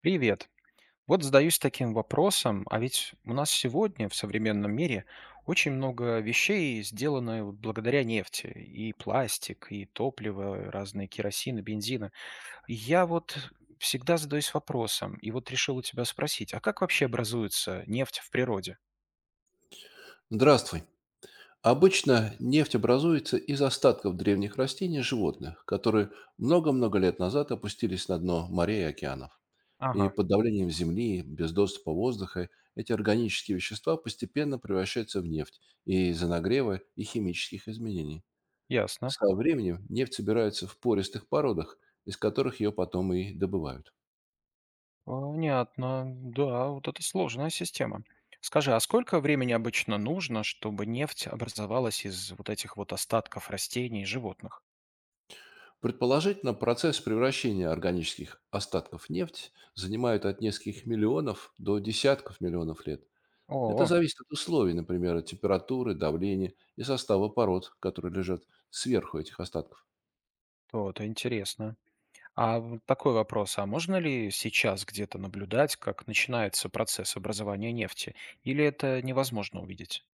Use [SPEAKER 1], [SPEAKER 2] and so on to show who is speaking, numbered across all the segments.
[SPEAKER 1] Привет. Вот задаюсь таким вопросом, а ведь у нас сегодня в современном мире очень много вещей, сделаны вот благодаря нефти. И пластик, и топливо, разные керосины, бензина. И я вот всегда задаюсь вопросом, и вот решил у тебя спросить, а как вообще образуется нефть в природе?
[SPEAKER 2] Здравствуй. Обычно нефть образуется из остатков древних растений и животных, которые много-много лет назад опустились на дно морей и океанов. И
[SPEAKER 1] Ага,
[SPEAKER 2] под давлением земли, без доступа воздуха, эти органические вещества постепенно превращаются в нефть из-за нагрева и химических изменений.
[SPEAKER 1] ясно.
[SPEAKER 2] Со временем нефть собирается в пористых породах, из которых ее потом и добывают.
[SPEAKER 1] Понятно. Да, вот это сложная система. Скажи, а сколько времени обычно нужно, чтобы нефть образовалась из вот этих вот остатков растений и животных?
[SPEAKER 2] Предположительно, процесс превращения органических остатков в нефть занимает от нескольких миллионов до десятков миллионов лет. Это
[SPEAKER 1] О,
[SPEAKER 2] зависит от условий, например, от температуры, давления и состава пород, которые лежат сверху этих остатков.
[SPEAKER 1] то это интересно. А вот такой вопрос, а можно ли сейчас где-то наблюдать, как начинается процесс образования нефти, или это невозможно увидеть?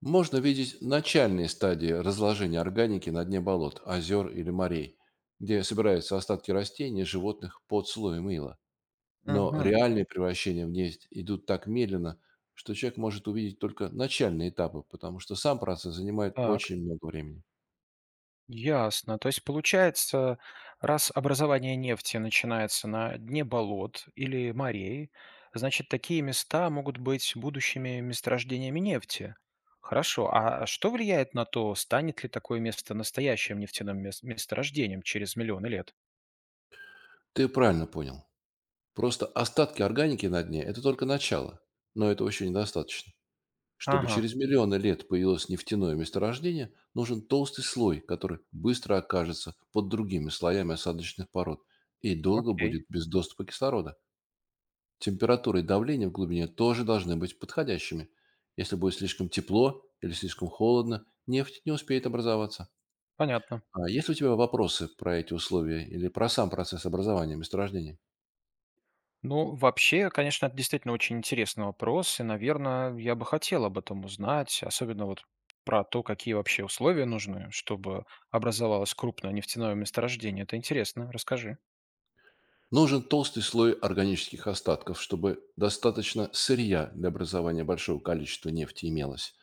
[SPEAKER 2] Можно видеть начальные стадии разложения органики на дне болот, озер или морей, где собираются остатки растений и животных под слоем ила. Но
[SPEAKER 1] Мгм.
[SPEAKER 2] реальные превращения в нефть идут так медленно, что человек может увидеть только начальные этапы, потому что сам процесс занимает
[SPEAKER 1] Так,
[SPEAKER 2] очень много времени.
[SPEAKER 1] ясно. То есть получается, раз образование нефти начинается на дне болот или морей, значит, такие места могут быть будущими месторождениями нефти. Хорошо. А что влияет на то, станет ли такое место настоящим нефтяным месторождением через миллионы лет?
[SPEAKER 2] Ты правильно понял. Просто остатки органики на дне — это только начало, но этого еще недостаточно. Чтобы
[SPEAKER 1] Ага.
[SPEAKER 2] через миллионы лет появилось нефтяное месторождение, нужен толстый слой, который быстро окажется под другими слоями осадочных пород и долго
[SPEAKER 1] Окей,
[SPEAKER 2] будет без доступа кислорода. Температура и давление в глубине тоже должны быть подходящими. Если будет слишком тепло или слишком холодно, нефть не успеет образоваться.
[SPEAKER 1] понятно.
[SPEAKER 2] А есть ли у тебя вопросы про эти условия или про сам процесс образования месторождений?
[SPEAKER 1] Ну, вообще, конечно, это действительно очень интересный вопрос, и, наверное, я бы хотел об этом узнать, особенно вот про то, какие вообще условия нужны, чтобы образовалось крупное нефтяное месторождение. Это интересно, расскажи.
[SPEAKER 2] Нужен толстый слой органических остатков, чтобы достаточно сырья для образования большого количества нефти имелось.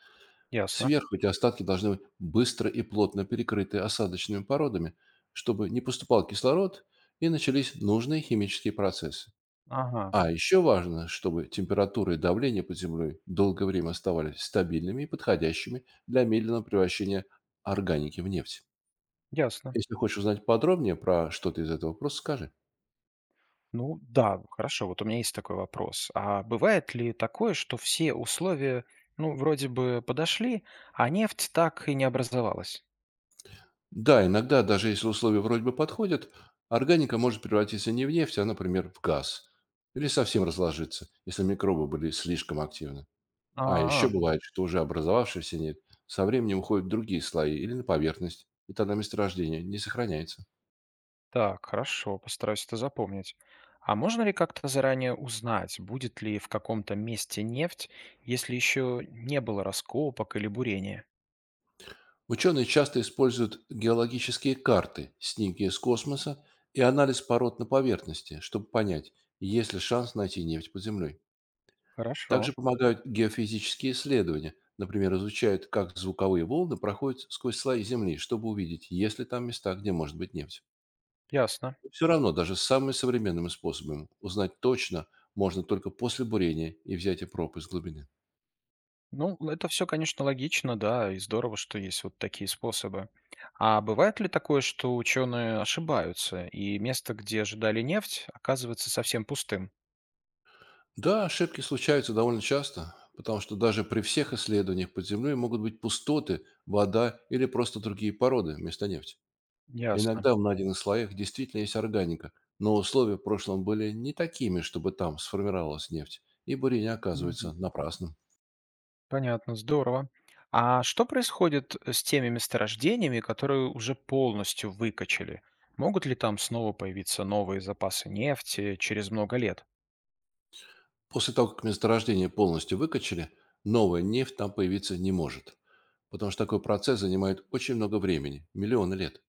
[SPEAKER 1] Ясно.
[SPEAKER 2] Сверху эти остатки должны быть быстро и плотно перекрыты осадочными породами, чтобы не поступал кислород и начались нужные химические процессы.
[SPEAKER 1] Ага,
[SPEAKER 2] А еще важно, чтобы температура и давление под землей долгое время оставались стабильными и подходящими для медленного превращения органики в нефть.
[SPEAKER 1] ясно.
[SPEAKER 2] Если хочешь узнать подробнее про что-то из этого, просто скажи.
[SPEAKER 1] Ну да, хорошо, вот у меня есть такой вопрос. А бывает ли такое, что все условия, ну, вроде бы подошли, а нефть так и не образовалась?
[SPEAKER 2] Да, иногда, даже если условия вроде бы подходят, органика может превратиться не в нефть, а, например, в газ. Или совсем разложиться, если микробы были слишком активны. А еще
[SPEAKER 1] А,
[SPEAKER 2] бывает, что уже образовавшийся нефть со временем уходит в другие слои или на поверхность, и тогда месторождение не сохраняется.
[SPEAKER 1] так, хорошо, постараюсь это запомнить. А можно ли как-то заранее узнать, будет ли в каком-то месте нефть, если еще не было раскопок или бурения?
[SPEAKER 2] Ученые часто используют геологические карты, снимки с космоса и анализ пород на поверхности, чтобы понять, есть ли шанс найти нефть под землей.
[SPEAKER 1] Хорошо,
[SPEAKER 2] Также помогают геофизические исследования, например, изучают, как звуковые волны проходят сквозь слои Земли, чтобы увидеть, есть ли там места, где может быть нефть.
[SPEAKER 1] ясно.
[SPEAKER 2] Все равно, даже с самыми современными способами, узнать точно можно только после бурения и взятия проб из глубины.
[SPEAKER 1] Ну, это все, конечно, логично, да, и здорово, что есть вот такие способы. А бывает ли такое, что ученые ошибаются, и место, где ожидали нефть, оказывается совсем пустым?
[SPEAKER 2] Да, ошибки случаются довольно часто, потому что даже при всех исследованиях под землей могут быть пустоты, вода или просто другие породы вместо нефти.
[SPEAKER 1] Ясно.
[SPEAKER 2] Иногда в найденных слоях действительно есть органика, но условия в прошлом были не такими, чтобы там сформировалась нефть, и бурение
[SPEAKER 1] Мгм.
[SPEAKER 2] оказывается напрасным.
[SPEAKER 1] Понятно, здорово. А что происходит с теми месторождениями, которые уже полностью выкачали? Могут ли там снова появиться новые запасы нефти через много лет?
[SPEAKER 2] После того, как месторождение полностью выкачали, новая нефть там появиться не может, потому что такой процесс занимает очень много времени, миллионы лет.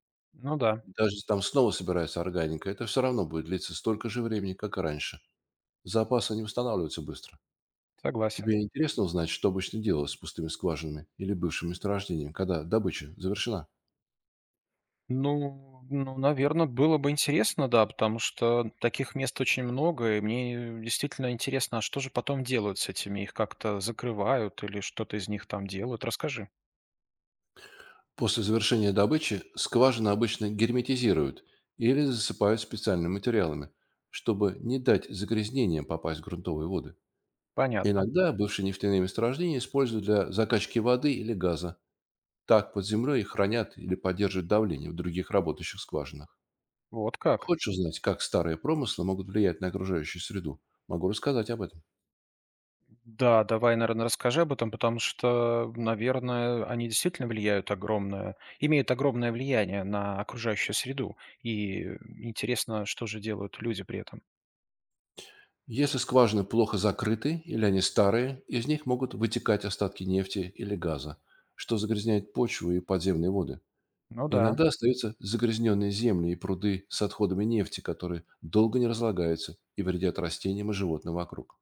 [SPEAKER 1] Ну да,
[SPEAKER 2] Даже если там снова собирается органика, это все равно будет длиться столько же времени, как и раньше. Запасы не восстанавливаются быстро.
[SPEAKER 1] согласен.
[SPEAKER 2] Тебе интересно узнать, что обычно делалось с пустыми скважинами или бывшим месторождением, когда добыча завершена?
[SPEAKER 1] Ну, ну, наверное, было бы интересно, да, потому что таких мест очень много, и мне действительно интересно, а что же потом делают с этими? Их как-то закрывают или что-то из них там делают? Расскажи.
[SPEAKER 2] После завершения добычи скважины обычно герметизируют или засыпают специальными материалами, чтобы не дать загрязнениям попасть в грунтовые воды.
[SPEAKER 1] Понятно.
[SPEAKER 2] Иногда бывшие нефтяные месторождения используют для закачки воды или газа. Так под землей их хранят или поддерживают давление в других работающих скважинах.
[SPEAKER 1] Вот как.
[SPEAKER 2] Хочешь узнать, как старые промыслы могут влиять на окружающую среду? Могу рассказать об этом.
[SPEAKER 1] Да, давай, наверное, расскажи об этом, потому что, наверное, они действительно влияют огромное, имеют огромное влияние на окружающую среду. И интересно, что же делают люди при этом.
[SPEAKER 2] Если скважины плохо закрыты или они старые, из них могут вытекать остатки нефти или газа, что загрязняет почву и подземные воды.
[SPEAKER 1] Ну да,
[SPEAKER 2] Иногда остаются загрязненные земли и пруды с отходами нефти, которые долго не разлагаются и вредят растениям и животным вокруг.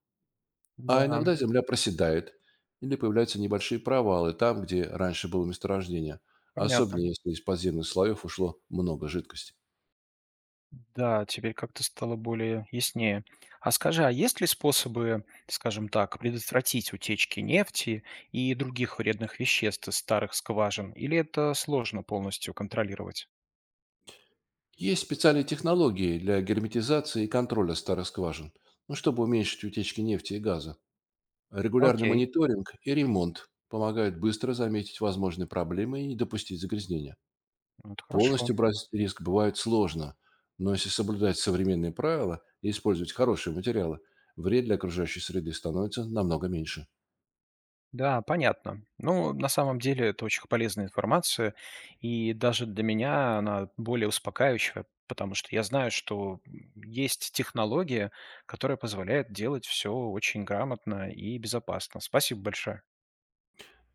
[SPEAKER 2] А
[SPEAKER 1] да,
[SPEAKER 2] иногда земля проседает или появляются небольшие провалы там, где раньше было месторождение,
[SPEAKER 1] понятно.
[SPEAKER 2] особенно если из подземных слоев ушло много жидкости.
[SPEAKER 1] Да, теперь как-то стало более яснее. А скажи, а есть ли способы, скажем так, предотвратить утечки нефти и других вредных веществ из старых скважин? Или это сложно полностью контролировать?
[SPEAKER 2] Есть специальные технологии для герметизации и контроля старых скважин, ну, чтобы уменьшить утечки нефти и газа. Регулярный
[SPEAKER 1] Окей,
[SPEAKER 2] мониторинг и ремонт помогают быстро заметить возможные проблемы и не допустить загрязнения.
[SPEAKER 1] ну это хорошо.
[SPEAKER 2] Полностью брать риск бывает сложно, но если соблюдать современные правила и использовать хорошие материалы, вред для окружающей среды становится намного меньше.
[SPEAKER 1] Да, понятно. Ну, на самом деле, это очень полезная информация, и даже для меня она более успокаивающая, потому что я знаю, что есть технология, которая позволяет делать все очень грамотно и безопасно. Спасибо большое.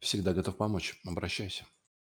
[SPEAKER 2] Всегда готов помочь. Обращайся.